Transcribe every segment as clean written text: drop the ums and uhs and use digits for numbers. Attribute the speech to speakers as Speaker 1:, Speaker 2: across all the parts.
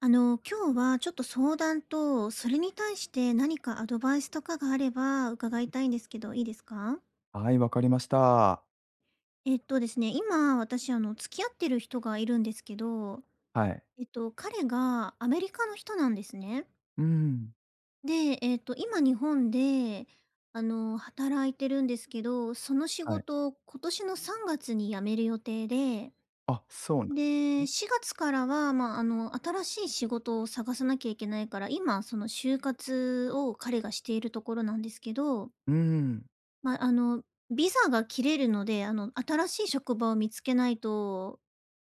Speaker 1: 今日はちょっと相談と、それに対して何かアドバイスとかがあれば伺いたいんですけど、いいですか？
Speaker 2: はい、わかりました。
Speaker 1: えっとですね、今私付き合ってる人がいるんですけど、
Speaker 2: はい。
Speaker 1: 彼がアメリカの人なんですね。
Speaker 2: うん、
Speaker 1: で、えっと、今日本で、働いてるんですけど、その仕
Speaker 2: はい。
Speaker 1: 事を今年の3月に辞める予定で
Speaker 2: あ、そうな
Speaker 1: 4月からは、新しい仕事を探さなきゃいけないから、今、その就活を彼がしているところなんですけど、
Speaker 2: うん、
Speaker 1: まあ、あの、ビザが切れるので、新しい職場を見つけないと、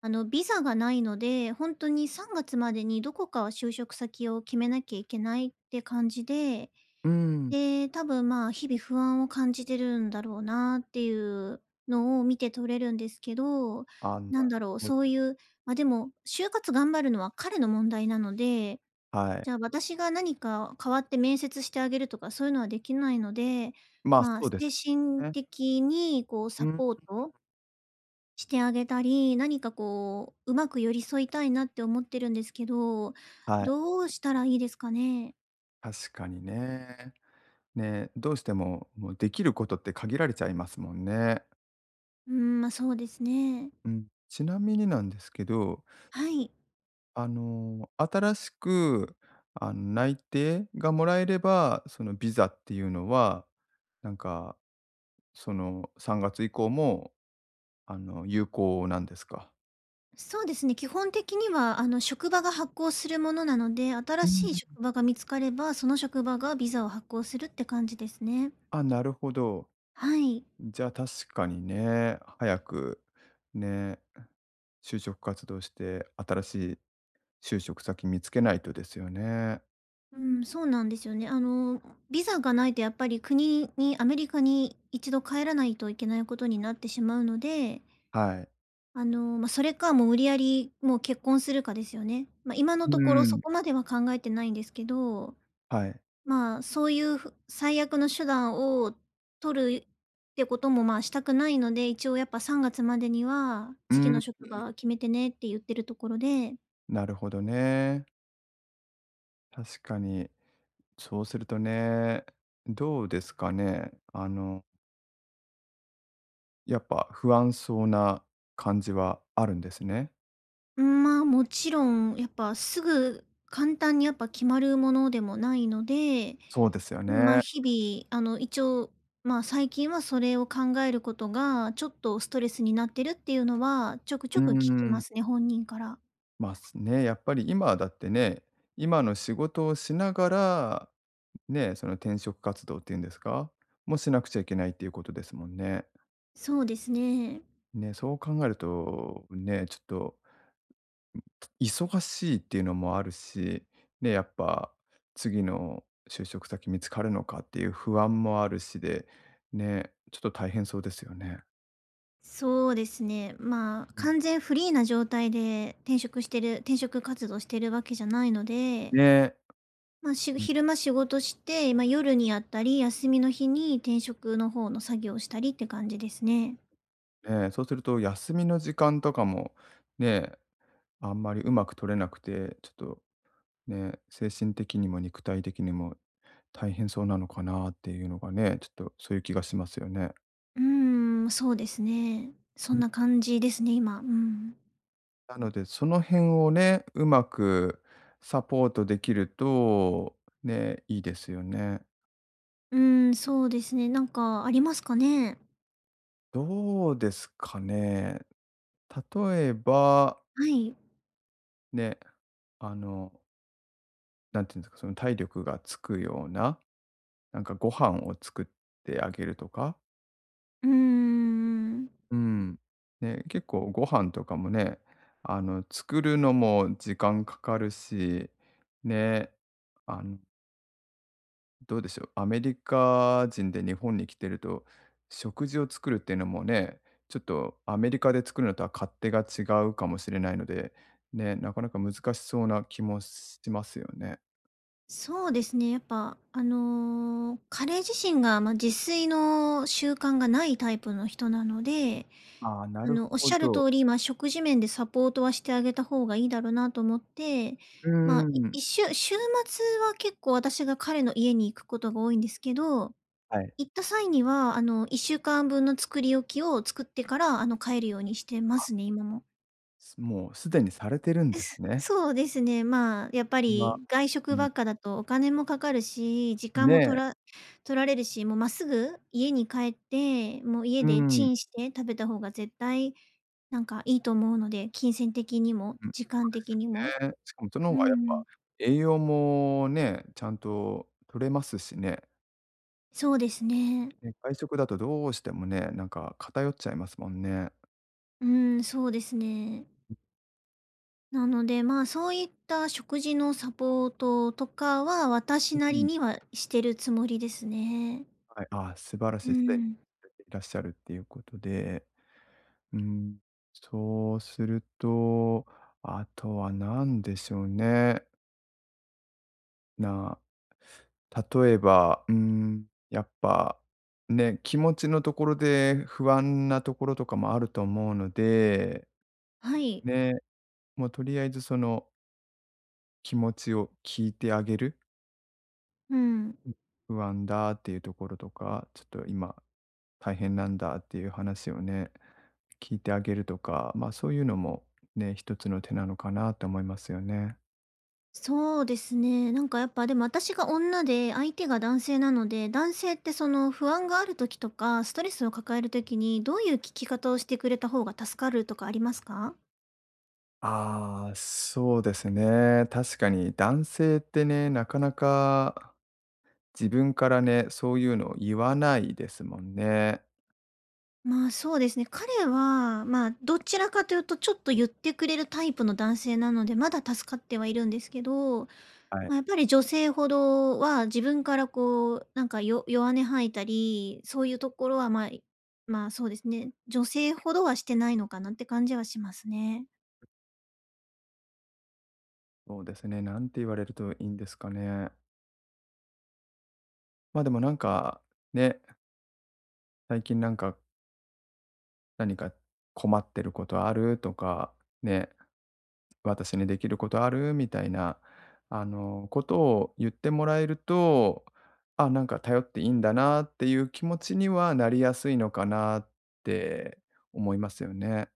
Speaker 1: ビザがないので、本当に3月までにどこか就職先を決めなきゃいけないって感じで、
Speaker 2: うん。
Speaker 1: 多分、まあ、日々不安を感じてるんだろうなっていうのを見て取れるんですけど、
Speaker 2: あ、な
Speaker 1: なん
Speaker 2: る
Speaker 1: だろう、
Speaker 2: ほど。
Speaker 1: そういう、でも、就活頑張るのは彼の問題なので、
Speaker 2: は
Speaker 1: じ
Speaker 2: い。
Speaker 1: ゃあ私が何か代わって面接してあげるとかそういうのはできないので、
Speaker 2: まあ、
Speaker 1: まあ、
Speaker 2: そう
Speaker 1: 精
Speaker 2: です
Speaker 1: 神
Speaker 2: ね。
Speaker 1: 的にこう
Speaker 2: う
Speaker 1: サ
Speaker 2: ん、
Speaker 1: ポートしてあげたり、何かこう、うまく寄り添いたいなって思ってるんですけど、
Speaker 2: はい。
Speaker 1: どうしたらいいですかね？
Speaker 2: 確かにね。ね、どうしても、もうできることって限られちゃいますもんね。
Speaker 1: うん、ま、そうですね。
Speaker 2: うん。ちなみになんですけど、
Speaker 1: はい。
Speaker 2: あの、新しく、あの、内定がもらえれば、そのビザっていうのは、なんか、その3月以降も、あの、有効なんですか？
Speaker 1: そうですね、基本的には、職場が発行するものなので、
Speaker 2: う
Speaker 1: 新しい
Speaker 2: ん。
Speaker 1: 職場が見つかれば、その職場がビザを発行するって感じですね。
Speaker 2: あ、なるほど。
Speaker 1: はい。
Speaker 2: じゃあ確かにね、早くね、就職活動して、新しい就職先見つけないとですよね。
Speaker 1: うん、そうなんですよね。ビザがないとやっぱり国に、アメリカに一度帰らないといけないことになってしまうので、
Speaker 2: はい。
Speaker 1: まあ、それかもう無理やりもう結婚するかですよね。まあ、今の
Speaker 2: う
Speaker 1: ところそ
Speaker 2: ん。
Speaker 1: こまでは考えてないんですけど、
Speaker 2: はい。
Speaker 1: まあ、そういうふ最悪の手段を取るってことも、まあ、したくないので、一応やっぱ3月までには、
Speaker 2: う
Speaker 1: 次の
Speaker 2: ん、
Speaker 1: 職場決めてねって言ってるところで、
Speaker 2: なるほどね。確かに。そうするとね、どうですかね。あの、やっぱ不安そうな感じはあるんですね。
Speaker 1: うん、まあ、もちろんやっぱすぐ簡単にやっぱ決まるものでもないので、
Speaker 2: そうですよ
Speaker 1: まあ、
Speaker 2: ね。
Speaker 1: 日々、あの、一応、まあ、最近はそれを考えることが、ちょっとストレスになってるっていうのは、ちょくち
Speaker 2: うー
Speaker 1: ょく聞きま
Speaker 2: ん。
Speaker 1: すね、本人から。
Speaker 2: やっぱり今だってね、今の仕事をしながら、ね、その転職活動っていうんですか、もしなくちゃいけないっていうことですもんね。
Speaker 1: そうですね。
Speaker 2: ね、そう考えると、ね、ちょっと忙しいっていうのもあるし、ね、やっぱ次の就職先見つかるのかっていう不安もあるしで、ね、ちょっと大変そうですよね。
Speaker 1: そうですね。まあ、
Speaker 2: うん。
Speaker 1: 完全フリーな状態で転職活動してるわけじゃないので、
Speaker 2: ね、
Speaker 1: まあ、昼間仕事して、まあ、夜にやったり、休みの日に転職の方の作業をしたりって感じですね。
Speaker 2: ね、そうすると休みの時間とかも、ね、あんまりうまく取れなくて、ちょっとね、精神的にも肉体的にも大変そうなのかなっていうのがね、ちょっとそういう気がしますよね。
Speaker 1: うーん、そうですね。そ
Speaker 2: ん。
Speaker 1: んな感じですね、今。うん。
Speaker 2: なので、その辺をね、うまくサポートできると、ね、いいですよね。
Speaker 1: うーん、そうですね。なんかありますかね？
Speaker 2: どうですかね。例えば、
Speaker 1: はい。
Speaker 2: ね、あの、なんていうんですか、その体力がつくような、なんかご飯を作ってあげるとか。
Speaker 1: うーん。
Speaker 2: うん。ね、結構ご飯とかもね、あの、作るのも時間かかるし、ね、あの、どうでしょう、アメリカ人で日本に来てると、食事を作るっていうのもね、ちょっとアメリカで作るのとは勝手が違うかもしれないので、ね、なかなか難しそうな気もしますよね。
Speaker 1: そうですね。やっぱ、彼自身が、まあ、自炊の習慣がないタイプの人なので、
Speaker 2: ああ、なる
Speaker 1: おっ
Speaker 2: ほ
Speaker 1: しゃる
Speaker 2: ど。
Speaker 1: 通り、まあ、食事面でサポートはしてあげた方がいいだろうなと思って、
Speaker 2: う
Speaker 1: ま、あ
Speaker 2: ー
Speaker 1: いっ
Speaker 2: ん。
Speaker 1: 週末は結構私が彼の家に行くことが多いんですけど、
Speaker 2: はい。
Speaker 1: 行った際には、1週間分の作り置きを作ってから、帰るようにしてますね、今も。
Speaker 2: もうすでにされてるんですね。
Speaker 1: そうですね。まあ、やっぱ
Speaker 2: うわ、
Speaker 1: り外
Speaker 2: う
Speaker 1: 食
Speaker 2: ん。
Speaker 1: ばっかだとお金もかかるし、時間
Speaker 2: ね
Speaker 1: もと
Speaker 2: え。
Speaker 1: ら取られるし、もうまっすぐ家に帰って、もう家
Speaker 2: う
Speaker 1: でチ
Speaker 2: ん。
Speaker 1: ンして食べた方が絶対なんかいいと思うので、金銭的に
Speaker 2: うん、
Speaker 1: も
Speaker 2: そうで
Speaker 1: 時間的にも。
Speaker 2: すよね。しかもその方
Speaker 1: う
Speaker 2: がや
Speaker 1: ん
Speaker 2: っ
Speaker 1: う
Speaker 2: ぱ
Speaker 1: ん。
Speaker 2: 栄養もね、ちゃんと取れますしね。
Speaker 1: そうですね。
Speaker 2: ね、外食だとどうしてもね、なんか偏っちゃいますもんね。
Speaker 1: うん、そうですね。なので、まあ、そういった食事のサポートとかは、私
Speaker 2: う
Speaker 1: なり
Speaker 2: ん。
Speaker 1: にはしてるつもりですね。
Speaker 2: はい、あ、素晴らし
Speaker 1: う
Speaker 2: い、すでに
Speaker 1: ん。
Speaker 2: いらっしゃるっていうことで、うん、そうすると、あとは何でしょうね。な、例えば、うん、やっぱ、ね、気持ちのところで不安なところとかもあると思うので、
Speaker 1: はい。
Speaker 2: ね、もうとりあえずその気持ちを聞いてあげる。
Speaker 1: うん。
Speaker 2: うん。不安だっていうところとか、ちょっと今大変なんだっていう話をね、聞いてあげるとか、まあ、そういうのもね、一つの手なのかなと思いますよね。
Speaker 1: そうですね。なんかやっぱでも私が女で相手が男性なので、男性ってその不安がある時とか、ストレスを抱える時にどういう聞き方をしてくれた方が助かるとかありますか？
Speaker 2: ああ、そうですね。確かに男性ってね、なかなか自分からね、そういうのを言わないですもんね。
Speaker 1: まあ、そうですね。彼は、まあ、どちらかというとちょっと言ってくれるタイプの男性なので、まだ助かってはいるんですけど、
Speaker 2: はい。
Speaker 1: まあ、やっぱり女性ほどは自分からこう、なんか弱音吐いたり、そういうところはまあ、まあ、そうですね。女性ほどはしてないのかなって感じはしますね。
Speaker 2: そうですね。なんて言われるといいんですかね。まあ、でもなんか、ね、最近なんか何か困ってることある？とか、ね、私にできることある？みたいな、あの、ことを言ってもらえると、あ、なんか頼っていいんだなっていう気持ちにはなりやすいのかなって思いますよね。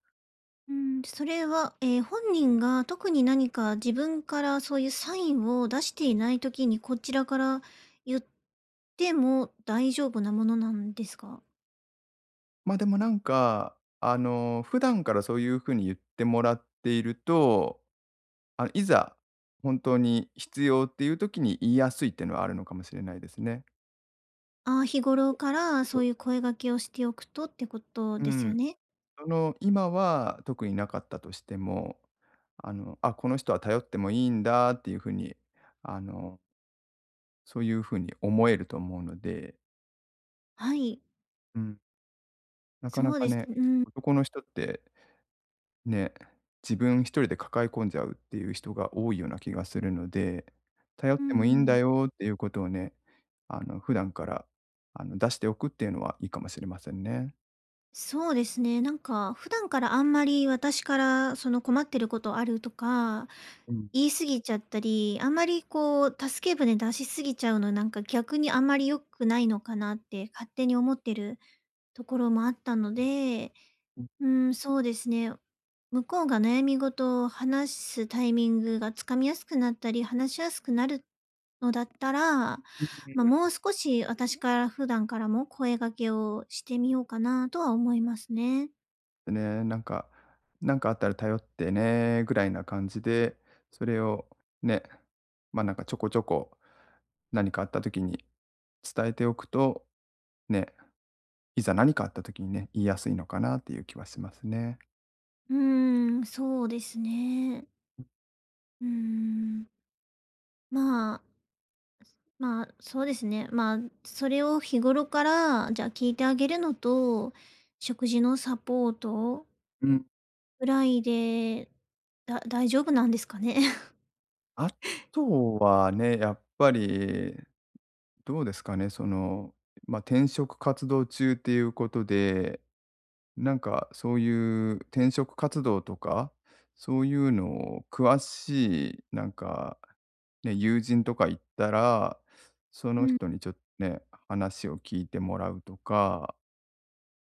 Speaker 1: うん、それは、本人が特に何か自分からそういうサインを出していないときに、こちらから言っても大丈夫なものなんですか？
Speaker 2: ま、でもなんか、あの、普段からそういう風に言ってもらっていると、あ、いざ本当に必要っていう時に言いやすいっていうのはあるのかもしれないですね。
Speaker 1: ああー、日頃から
Speaker 2: そ
Speaker 1: そ
Speaker 2: う。
Speaker 1: ういう声掛けをしておくとってこと
Speaker 2: う
Speaker 1: ですよ
Speaker 2: ん。
Speaker 1: ね。
Speaker 2: その、今は特になかったとしても、あの、あ、この人は頼ってもいいんだっていう風に、あの、そういう風に思えると思うので、
Speaker 1: はい、
Speaker 2: うん、なか
Speaker 1: そ
Speaker 2: な
Speaker 1: う
Speaker 2: か
Speaker 1: です。
Speaker 2: ね、
Speaker 1: うん、
Speaker 2: 男の人って、ね、自分一人で抱え込んじゃうっていう人が多いような気がするので、頼っ
Speaker 1: うん
Speaker 2: てもいい
Speaker 1: う
Speaker 2: んだ
Speaker 1: ん。
Speaker 2: よっていうことをね、あの、普段から、あの、出しておくっていうのはいいかもしれませんね。
Speaker 1: そうですね。なんか、普段からあんまり私からその困ってることあるとか、
Speaker 2: うん。
Speaker 1: 言い過ぎちゃったり、あんまりこう、助け舟出しすぎちゃうのなんか逆にあんまり良くないのかなって勝手に思ってるところもあったので、うん、そうですね。向こうが悩み事を話すタイミングがつかみやすくなったり、話しやすくなるのだったら、まあ、もう少し私から普段からも声掛けをしてみようかなとは思いますね。
Speaker 2: ね、なんか「なんかあったら頼ってね」ぐらいな感じで、それをね、ま、なんかちょこちょこ、何かあった時に伝えておくと、ね、いざ何かあった時にね、言いやすいのかなっていう気はしますね。
Speaker 1: うーん、そうですね。うーん。まあ、まあ、そうですね。まあ、それを日頃から、じゃあ聞いてあげるのと、食事のサポート
Speaker 2: うん。
Speaker 1: ぐらいで、大丈夫なんですかね？
Speaker 2: あとはね、やっぱり、どうですかね、その、まあ、転職活動中っていうことで、なんかそういう転職活動とか、そういうのを詳しいなんか、ね、友人とかいったら、そ
Speaker 1: う
Speaker 2: の
Speaker 1: ん、
Speaker 2: 人にちょっとね、話を聞いてもらうとか、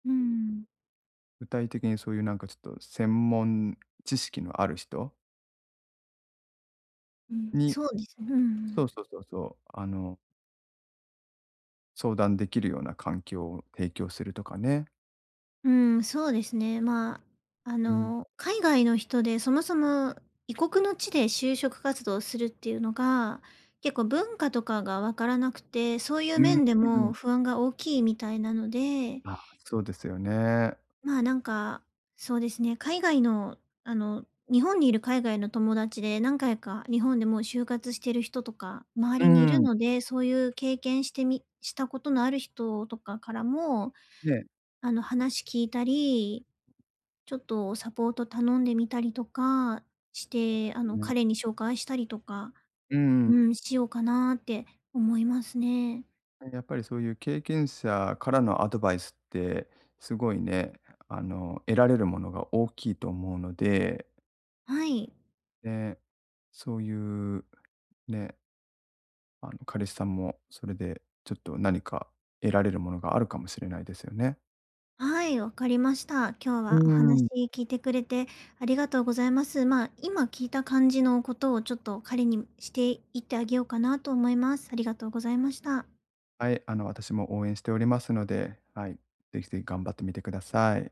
Speaker 1: うん。
Speaker 2: 具体的にそういうなんかちょっと専門知識のある人
Speaker 1: うん。
Speaker 2: に、
Speaker 1: そうですね。うんう
Speaker 2: そう
Speaker 1: ん。
Speaker 2: そうそうそう、あの、相談できるような環境を提供するとかね。
Speaker 1: うん、そうですね。まあ、
Speaker 2: うん。
Speaker 1: 海外の人でそもそも異国の地で就職活動をするっていうのが、結構文化とかがわからなくて、そういう
Speaker 2: うん
Speaker 1: 面で
Speaker 2: うんうん。
Speaker 1: も不安が大きいみたいなので、
Speaker 2: ああ、そうですよね。
Speaker 1: まあ、なんか、そうですね、海外の、あの、日本にいる海外の友達で何回か日本でもう就活してる人とか周
Speaker 2: う
Speaker 1: りにいる
Speaker 2: ん。
Speaker 1: ので、そういう経験してみしたことのある人とかからも、
Speaker 2: ね、
Speaker 1: 話聞いたり、ちょっとサポート頼んでみたりとかし
Speaker 2: そう
Speaker 1: て、
Speaker 2: ですね。
Speaker 1: 彼に紹介したりとか、
Speaker 2: うんう
Speaker 1: う
Speaker 2: ん。
Speaker 1: ん、しようかなって思いますね。
Speaker 2: ね、やっぱりそういう経験者からのアドバイスって、すごいね、あの、得られるものが大きいと思うので、
Speaker 1: はい。
Speaker 2: で、そういうね、あの、彼氏さんもそれでちょっと何か得られるものがあるかもしれないですよね。
Speaker 1: はい、わかりました。今日
Speaker 2: う
Speaker 1: はお
Speaker 2: ー
Speaker 1: 話
Speaker 2: ん。
Speaker 1: 聞いてくれてありがとうございます。まあ、今聞いた感じのことをちょっと彼にしていってあげようかなと思います。ありがとうございました。
Speaker 2: はい、あの、私も応援しておりますので、はい、ぜひぜひ頑張ってみてください。